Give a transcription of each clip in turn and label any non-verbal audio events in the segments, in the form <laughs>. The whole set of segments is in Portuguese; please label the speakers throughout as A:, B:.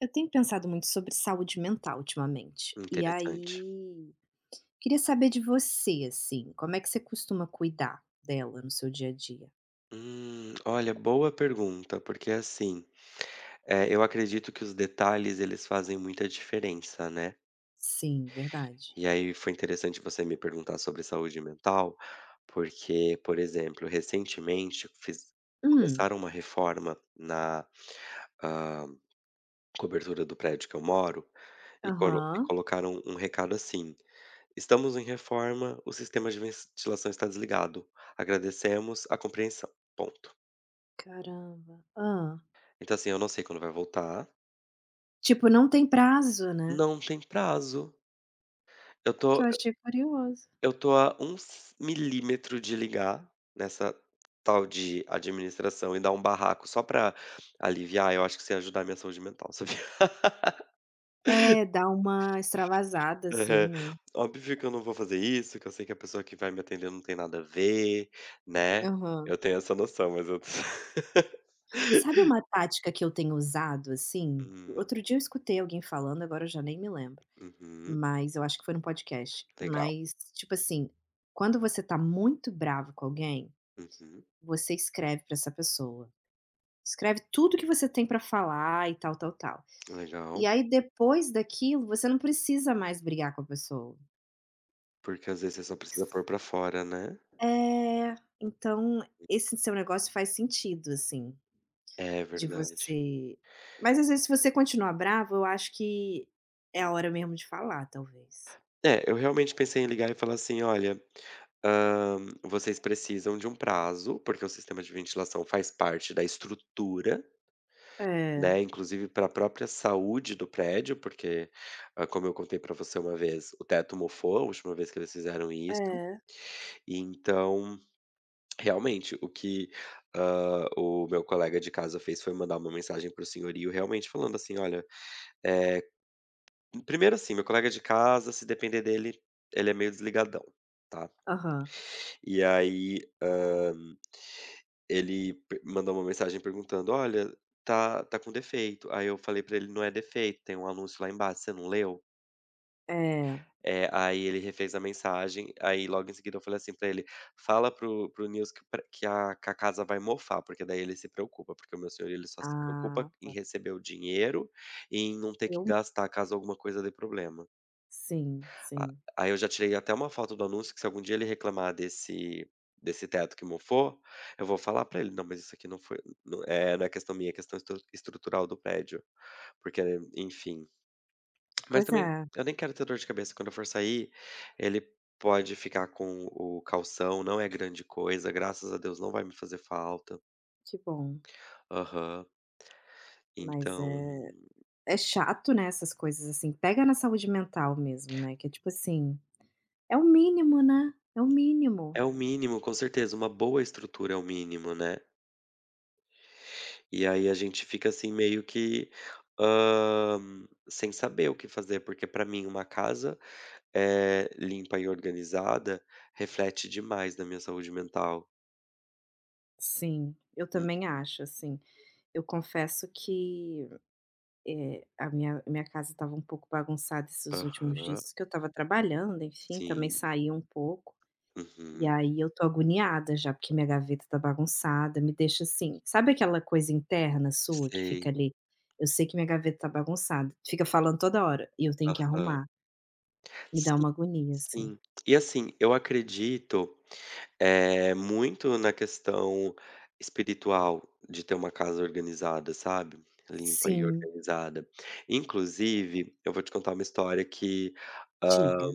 A: Eu tenho pensado muito sobre saúde mental ultimamente. E
B: Interessante.
A: aí, queria saber de você, assim, como é que você costuma cuidar dela no seu dia a dia?
B: Olha, boa pergunta, porque assim, eu acredito que os detalhes eles fazem muita diferença, né?
A: Sim, verdade.
B: E aí foi interessante você me perguntar sobre saúde mental, porque, por exemplo, recentemente
A: Hum,
B: começaram uma reforma na ah, cobertura do prédio que eu moro e, e
A: aham.
B: colocaram um recado assim: estamos em reforma, o sistema de ventilação está desligado. Agradecemos a compreensão. Ponto.
A: Caramba. Ah.
B: Então, assim, eu não sei quando vai voltar,
A: Tipo, não tem prazo, né?
B: não tem prazo. Eu
A: Que
B: tô
A: eu achei curioso.
B: eu tô a um c milímetro de ligar nessa tal de administração e dar um barraco só pra aliviar, eu acho que isso ia ajudar a minha saúde mental, sabia. <laughs>
A: É, dá uma extravasada, assim,
B: Aham.
A: né?
B: Óbvio que eu não vou fazer isso, que eu sei que a pessoa que vai me atender não tem nada a ver, né.
A: Aham.
B: Eu tenho essa noção, mas eu <laughs>
A: Sabe uma tática que eu tenho usado, assim?
B: Hum,
A: Outro dia eu escutei alguém falando, agora eu já nem me lembro.
B: uhum.
A: Mas eu acho que foi num podcast,
B: Legal.
A: mas, tipo assim, quando você tá muito bravo com alguém,
B: Uhum.
A: você escreve pra essa pessoa. Escreve tudo que você tem pra falar e tal, tal, tal. E
B: Legal.
A: aí depois daquilo você não precisa mais brigar com a pessoa.
B: Porque às vezes você só precisa pôr pra fora, né.
A: É, então esse seu negócio faz sentido, assim,
B: É
A: de
B: verdade.
A: você, mas às vezes se você continuar bravo, eu acho que é a hora mesmo de falar talvez.
B: É, eu realmente pensei em ligar e falar assim: "Olha, hã, vocês precisam de um prazo, porque o sistema de ventilação faz parte da estrutura,
A: É,
B: né, inclusive para a própria saúde do prédio, porque, como eu contei para você uma vez, o teto mofou a última vez que eles fizeram isso,
A: é,
B: e então, realmente, o que, o meu colega de casa fez foi mandar uma mensagem para o senhorio realmente falando assim: "Olha, eh" primeiro assim, meu colega de casa, se depender dele, ele é meio desligadão, tá.
A: aham,
B: E aí, ele pe mandou uma mensagem perguntando: "Olha, tá com defeito". Aí eu falei pra ele: "Não é defeito, tem um anúncio lá embaixo, você não leu?".
A: é.
B: Aí ele refez a mensagem, aí logo em seguida eu falei assim pra ele: "Fala pro pro para Nils que pra que a casa vai mofar", porque daí ele se preocupa, porque o meu senhor ele só se preocupa
A: Ah,
B: em
A: tá.
B: receber o dinheiro e em não ter que
A: Eu
B: gastar caso alguma coisa dê problema.
A: sim,
B: A
A: sim.
B: Aí eu já tirei até uma foto do anúncio que se algum dia ele reclamar desse teto que mofou, eu vou falar pra ele: "Não, mas isso aqui não é questão minha, é questão estrutural do prédio", porque, enfim. Mas
A: Pois
B: também
A: é,
B: eu nem quero ter dor de cabeça, quando eu for sair, ele pode ficar com o calção, não é grande coisa, graças a Deus não vai me fazer falta.
A: que bom.
B: Aham.
A: Mas
B: Então,
A: é é chato, né, essas coisas, assim, pega na saúde mental mesmo, né, que é tipo assim, é o mínimo, né, é o mínimo.
B: é o mínimo, com certeza, uma boa estrutura é o mínimo, né. E aí a gente fica assim meio que, hã, sem saber o que fazer, porque pra mim uma casa, limpa e organizada reflete demais na minha saúde mental.
A: Sim, eu
B: Uhum.
A: também acho, assim. Eu confesso que, a minha casa estava um pouco bagunçada esses últimos
B: Aham.
A: dias, que eu estava trabalhando, enfim, também
B: Sim.
A: saí um pouco. E
B: Uhum.
A: aí eu tô agoniada já, porque minha gaveta tá bagunçada, me deixa assim sabe aquela coisa interna sua que fica
B: Sei.
A: ali: "Eu sei que minha gaveta tá bagunçada", fica falando toda hora e eu tenho que
B: Aham.
A: arrumar, me dá
B: Sim,
A: uma agonia, assim.
B: sim. E assim, eu acredito é muito na questão espiritual de ter uma casa organizada, sabe, limpa e
A: Sim,
B: organizada. Inclusive, eu vou te contar uma história que, hã,
A: diga.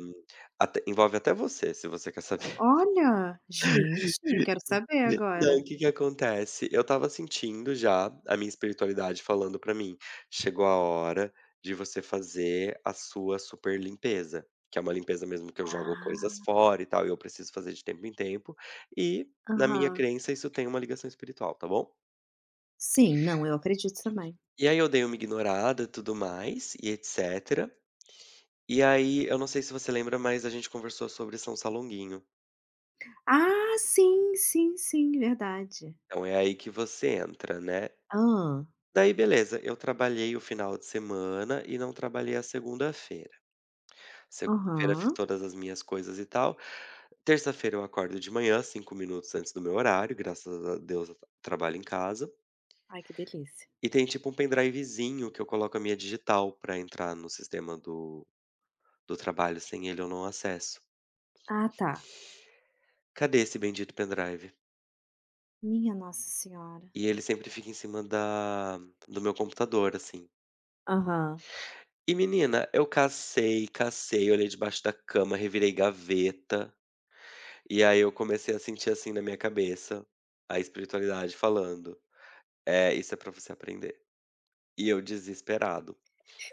B: até envolve até você, se você quer saber.
A: Olha, gente, eu quero saber
B: Não,
A: agora.
B: o que que acontece? Eu estava sentindo já a minha espiritualidade falando pra mim: "Chegou a hora de você fazer a sua super limpeza", que é uma limpeza mesmo que eu jogo coisas
A: Ah,
B: fora e tal, e eu preciso fazer de tempo em tempo, e na minha
A: aham.
B: crença isso tem uma ligação espiritual, tá bom?
A: Sim, não, eu acredito também.
B: E aí eu dei uma ignorada, tudo mais, e etcétera. E aí, eu não sei se você lembra, mas a gente conversou sobre São Salonguinho.
A: Ah, sim, sim, sim, verdade.
B: Então é aí que você entra, né?
A: Ah,
B: Daí beleza, eu trabalhei o final de semana e não trabalhei a segunda-feira. Segunda-feira fiz
A: aham.
B: todas as minhas coisas e tal. Terça-feira eu acordo de manhã, 5 minutos antes do meu horário, graças a Deus eu trabalho em casa.
A: Ai, que delícia.
B: E tem tipo um pendrivezinho que eu coloco a minha digital pra entrar no sistema do trabalho, sem ele eu não acesso.
A: Ah, tá.
B: Cadê esse bendito pendrive?
A: Minha nossa senhora.
B: E ele sempre fica em cima da, do meu computador, assim.
A: Aham.
B: E menina, eu cacei, cacei, olhei debaixo da cama, revirei gaveta. E aí eu comecei a sentir, assim, na minha cabeça, a espiritualidade falando: "É, isso é pra você aprender". E eu desesperado.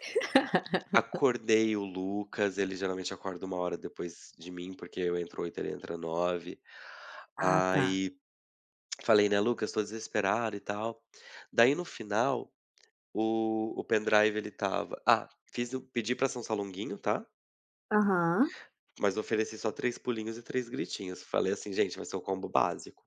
A: <laughs>
B: Acordei o Lucas, ele geralmente acorda uma hora depois de mim, porque eu entro oito, ele entra nove.
A: Ah, tá.
B: Aí falei, né: "Lucas, tô desesperado e tal". Daí no final, o pendrive ele tava. Fiz o pedi pra São Salonguinho, tá,
A: Aham.
B: mas ofereci só 3 pulinhos e 3 gritinhos. Falei assim: "Gente, vai ser o combo básico".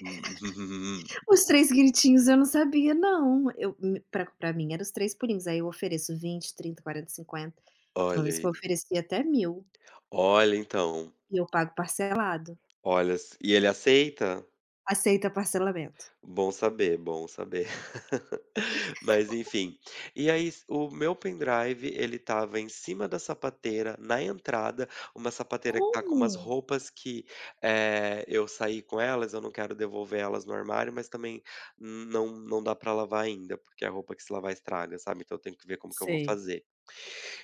B: <laughs>
A: Os três gritinhos eu não sabia não, eu me pra mim eram os 3 pulinhos, aí eu ofereço 20, 30, 40, 50. Tem uma
B: Olha
A: vez que eu ofereci até 1000
B: Olha, então,
A: e eu pago parcelado.
B: olha, s e ele aceita?
A: Aceita parcelamento.
B: Bom saber, bom saber. <laughs> Mas enfim, e aí s o meu pendrive ele tava em cima da sapateira, na entrada, uma sapateira que tá com
A: Como?
B: umas roupas que, eu saí com elas, eu não quero devolver elas no armário, mas também não dá pra lavar ainda, porque é a roupa que se lavar estraga, sabe, então eu tenho que ver como que eu vou
A: Sei.
B: fazer.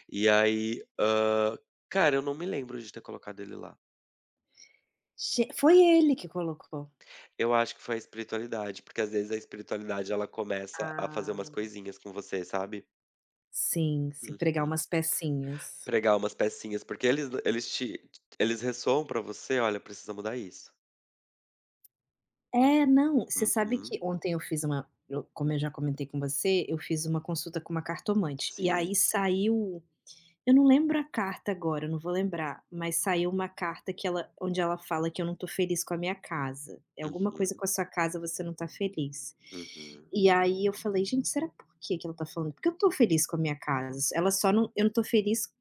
B: E aí, cara, eu não me lembro de ter colocado ele lá.
A: Ge foi ele que colocou.
B: Eu acho que foi a espiritualidade, porque às vezes a espiritualidade ela começa a fazer umas
A: Ah,
B: coisinhas com você, sabe.
A: sim, sim, pregar
B: Uhum.
A: umas pecinhas.
B: Pregar umas pecinhas, porque eles ressoam pra você: "Olha, precisa mudar isso".
A: É, não, você sabe
B: Uhum.
A: que ontem eu fiz uma eu como eu já comentei com você, eu fiz uma consulta com uma cartomante, e
B: Sim.
A: aí saiu. Eu não lembro a carta agora, eu não vou lembrar, mas saiu uma carta que ela onde ela fala que eu não tô feliz com a minha casa. É alguma coisa
B: Uhum,
A: com a sua casa você não tá feliz.
B: uhum.
A: E aí eu falei: "Gente, será por que que ela tá falando? Porque eu tô feliz com a minha casa, ela só não eu não tô feliz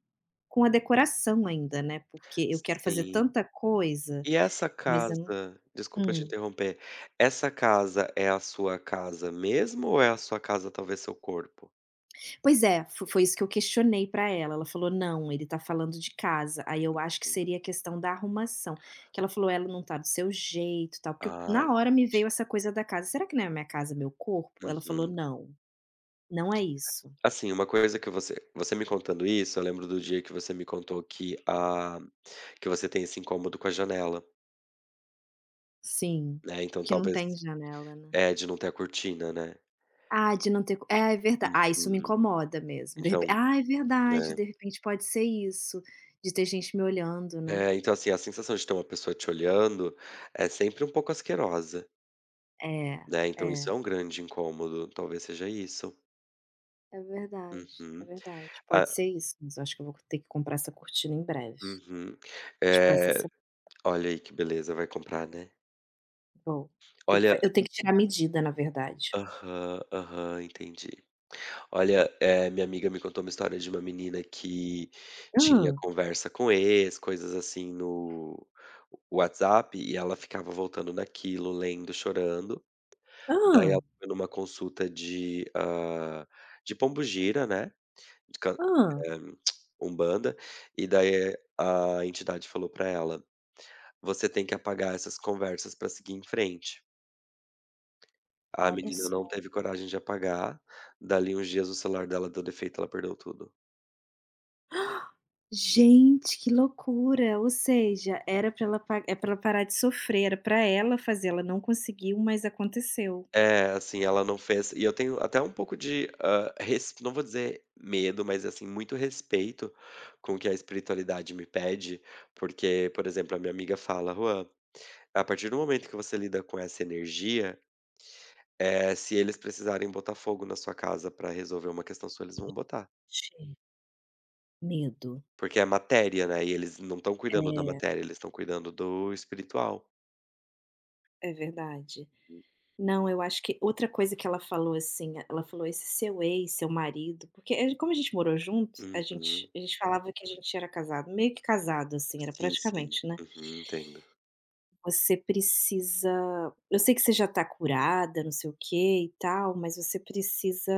A: com a decoração ainda, né, porque eu quero fazer
B: Sim.
A: tanta coisa,
B: E essa
A: mas eu não".
B: casa Desculpa te
A: Hum.
B: interromper. Essa casa é a sua casa mesmo ou é a sua casa, talvez, seu corpo?
A: Pois é, fo foi isso que eu questionei pra ela, ela falou: "Não, ele tá falando de casa". Aí eu acho que
B: Hum.
A: seria a questão da arrumação, que ela falou: "Ela não tá do seu jeito, tal", porque eu
B: Ah,
A: na hora me veio
B: entendi.
A: essa coisa da casa, "Será que não é minha casa, meu corpo?". Ela falou:
B: Uhum.
A: "Não, não é isso".
B: Assim, uma coisa que você me contando isso, eu lembro do dia que você me contou que você tem esse incômodo com a janela,
A: Sim,
B: né, então
A: que não
B: talvez
A: tem janela, né.
B: é, de não ter a cortina, né.
A: Ah, de não ter co é, é verda ah, isso me
B: Uhum.
A: incomoda mesmo, de
B: Então,
A: repe ah, é verdade,
B: né.
A: de repente pode ser isso, de ter gente me olhando, né.
B: É, então assim, a sensação de ter uma pessoa te olhando é sempre um pouco asquerosa,
A: É,
B: né, então isso é
A: é.
B: um grande incômodo, talvez seja isso.
A: É verdade, é
B: Uhum.
A: verdade.
B: Ah
A: Pode ser isso, mas eu acho que eu vou ter que comprar essa cortina em breve.
B: uhum.
A: Tipo, essa
B: É,
A: se
B: olha aí que beleza, vai comprar, né.
A: vou. Tem que fa
B: Olha
A: eu tenho que tirar a medida, na verdade.
B: aham, aham, entendi. Olha, minha amiga me contou uma história de uma menina que tinha
A: Ah,
B: conversa com ex, coisas assim no WhatsApp, e ela ficava voltando naquilo, lendo, chorando. Daí
A: ah,
B: ela foi numa consulta de pombogira, né, de
A: ah.
B: eh, umbanda, e daí a entidade falou pra ela: "Você tem que apagar essas conversas pra seguir em frente". A
A: Olha
B: menina não
A: só.
B: teve coragem de apagar, dali uns dias o celular dela deu defeito, ela perdeu tudo.
A: Gente, que loucura! Ou seja, era para ela pa é pra ela parar de sofrer, era para ela fazer, ela não conseguiu, mas aconteceu.
B: É, assim, ela não fez e eu tenho até um pouco de, hã, res não vou dizer medo, mas, assim, muito respeito com o que a espiritualidade me pede, porque, por exemplo, a minha amiga fala: "Juan, a partir do momento que você lida com essa energia, é se eles precisarem botar fogo na sua casa pra resolver uma questão sua, eles vão botar,
A: Gente, medo.
B: porque é matéria, né, e eles não estão cuidando da
A: É,
B: matéria, eles estão cuidando do espiritual".
A: é verdade. Não, eu acho que outra coisa que ela falou, assim, ela falou: "Esse seu ex, seu marido", porque a como a gente morou junto, a gente
B: Uhum.
A: a gente falava que a gente era casado, meio que casado, assim, era
B: Sim, sim.
A: praticamente, né.
B: Uhum, entendo.
A: "Você precisa eu sei que você já tá curada, não sei o quê e tal, mas você precisa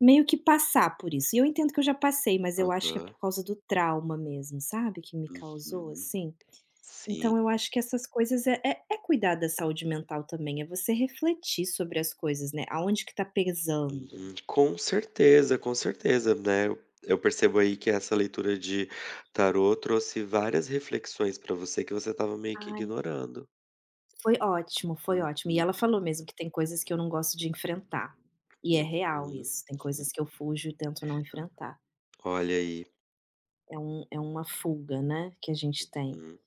A: meio que passar por isso". E eu entendo que eu já passei, mas eu acho que é
B: Aham.
A: por causa do trauma mesmo, sabe, que me causou,
B: Uhum.
A: assim.
B: Sim.
A: Então eu acho que essas coisas é cuidar da saúde mental também, é você refletir sobre as coisas, né, aonde que tá pesando.
B: Uhum. Com certeza, né, eu percebo aí que essa leitura de tarô trouxe várias reflexões para você que você estava meio que
A: Ai.
B: ignorando.
A: Foi ótimo, foi ótimo. E
B: Uhum,
A: ela falou mesmo que tem coisas que eu não gosto de enfrentar, e é real
B: uhum.
A: isso, tem coisas que eu fujo e tento não enfrentar.
B: Olha aí,
A: É uma fuga, né, que a gente tem.
B: uhum.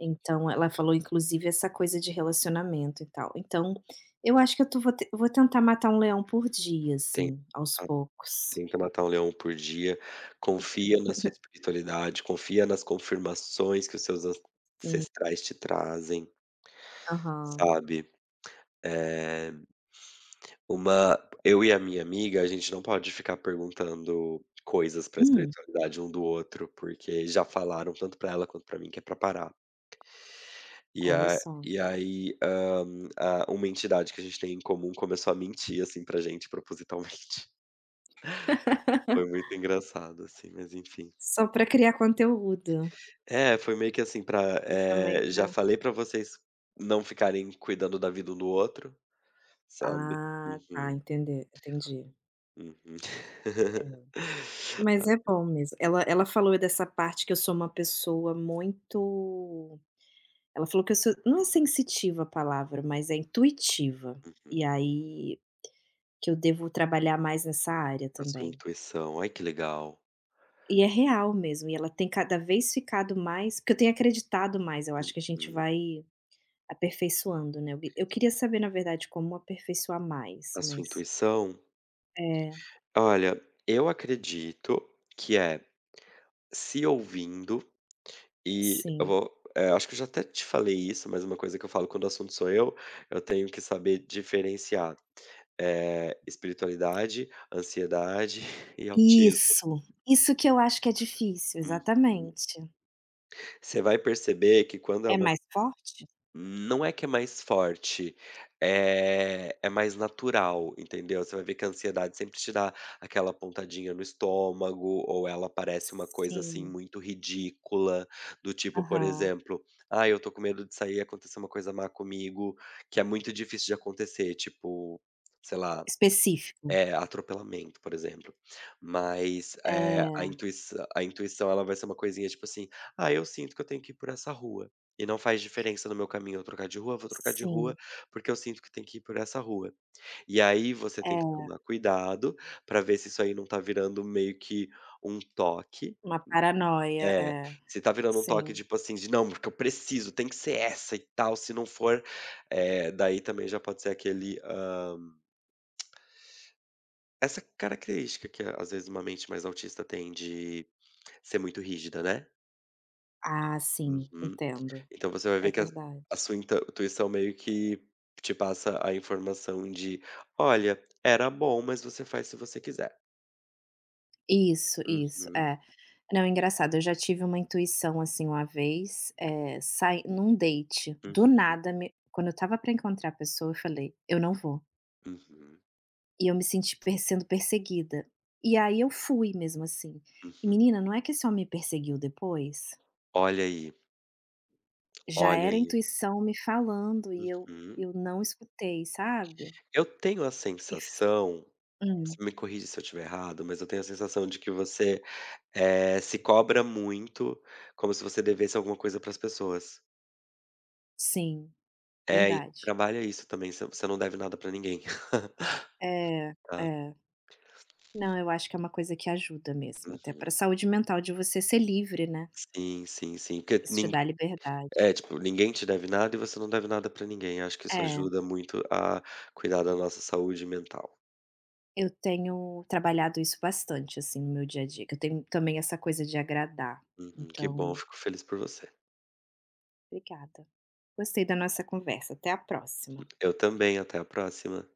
A: Então ela falou inclusive essa coisa de relacionamento e tal. Então, eu acho que eu tô vou te vou tentar matar um leão por dia,
B: Tenta
A: assim, aos poucos.
B: tenta matar um leão por dia, confia na sua
A: <laughs>
B: espiritualidade, confia nas confirmações que os seus
A: Sim,
B: ancestrais te trazem,
A: aham.
B: sabe. Eh Uma eu e a minha amiga, a gente não pode ficar perguntando coisas pra
A: Hum.
B: espiritualidade um do outro, porque já falaram tanto pra ela quanto pra mim que é pra parar. E
A: Olha
B: a
A: só.
B: e aí, hã, a uma entidade que a gente tem em comum começou a mentir, assim, pra gente propositalmente. <laughs> Foi
A: <laughs>
B: muito engraçado, assim, mas enfim.
A: Só para criar conteúdo.
B: É, foi meio que assim pra,
A: E também
B: já
A: pra
B: falei pra vocês não ficarem cuidando da vida um do outro, sabe.
A: Ah,
B: Uhum,
A: tá, entender entendi.
B: uhum.
A: É.
B: <laughs>
A: Mas é bom mesmo. Ela ela falou dessa parte que eu sou uma pessoa muito ela falou que eu sou não é sensitiva a palavra, mas é intuitiva. E
B: Uhum.
A: aí, que eu devo trabalhar mais nessa área
B: A sua
A: também.
B: intuição, ai que legal.
A: E é real mesmo, e ela tem cada vez ficado mais porque eu tenho acreditado mais, eu acho que a gente
B: Uhum.
A: vai aperfeiçoando, né, eu queria saber na verdade como aperfeiçoar mais,
B: A sua
A: mas
B: intuição?
A: é,
B: Olha, eu acredito que é se ouvindo e eu
A: sim.
B: acho que eu já até te falei isso, mas uma coisa que eu falo quando o assunto sou eu tenho que saber diferenciar, espiritualidade, ansiedade <laughs> e autismo.
A: Isso, isso que eu acho que é difícil,
B: Uhum.
A: exatamente.
B: Você vai perceber que quando é
A: É
B: uma.
A: mais forte?
B: Não é que é mais forte, é mais natural, entendeu. Você vai ver que a ansiedade sempre te dá aquela pontadinha no estômago, ou ela parece uma coisa, assim,
A: Sim,
B: muito ridícula, do tipo, por
A: aham.
B: exemplo: ah, eu tô com medo de sair e acontecer uma coisa má comigo", que é muito difícil de acontecer, tipo, sei lá
A: Específico.
B: é, atropelamento, por exemplo. Mas,
A: É,
B: a intuição ela vai ser uma coisinha, tipo assim: "Ah, eu sinto que eu tenho que ir por essa rua, e não faz diferença no meu caminho eu trocar de rua, vou trocar de
A: sim,
B: rua, porque eu sinto que tem que ir por essa rua". E aí você
A: é,
B: tem que tomar cuidado pra ver se isso aí não tá virando meio que um toque
A: uma paranoia,
B: é,
A: é,
B: se tá virando um toque,
A: sim.
B: tipo assim, de: "Não, porque eu preciso, tem que ser essa e tal, se não for" daí também já pode ser aquele, hã essa característica que às vezes uma mente mais autista tem de ser muito rígida, né.
A: Ah, sim,
B: Uhum.
A: entendo,
B: Então você vai
A: é
B: ver que a
A: verdade.
B: sua intuição meio que te passa a informação de: "Olha, era bom, mas você faz se você quiser".
A: Isso,
B: Uhum,
A: é. Não, é engraçado, eu já tive uma intuição, assim, uma vez, sai num date, do
B: uhum,
A: nada me quando eu estava pra encontrar a pessoa, eu falei: "Eu não vou".
B: uhum,
A: E eu me senti per sendo perseguida. E aí eu fui mesmo assim. E
B: uhum.
A: menina, não é que esse homem me perseguiu depois?
B: Olha aí,
A: Já
B: olha
A: era a
B: aí.
A: intuição me falando e
B: Uhum.
A: eu não escutei, sabe.
B: Eu tenho a
A: E f
B: sensação,
A: hum,
B: você me corrige se eu estiver errado, mas eu tenho a sensação de que você se cobra muito, como se você devesse alguma coisa para as pessoas.
A: sim,
B: É, e
A: verdade.
B: trabalha isso também, você não deve nada pra ninguém. <laughs>
A: É,
B: Tá.
A: é. Não, eu acho que é uma coisa que ajuda mesmo, até pra
B: Uhum.
A: saúde mental de você ser livre, né.
B: Sim, sim, sim, porque
A: Isso te
B: nin
A: dá
B: é,
A: liberdade.
B: tipo, ninguém te deve nada e você não deve nada pra ninguém, acho que isso
A: É,
B: ajuda muito a cuidar da nossa saúde mental.
A: eu tenho trabalhado isso bastante, assim, no meu dia a dia, que eu tenho também essa coisa de agradar.
B: Uhum, que bom,
A: Então,
B: fico feliz por você.
A: obrigada. Gostei da nossa conversa. Até a próxima.
B: Eu também, até a próxima.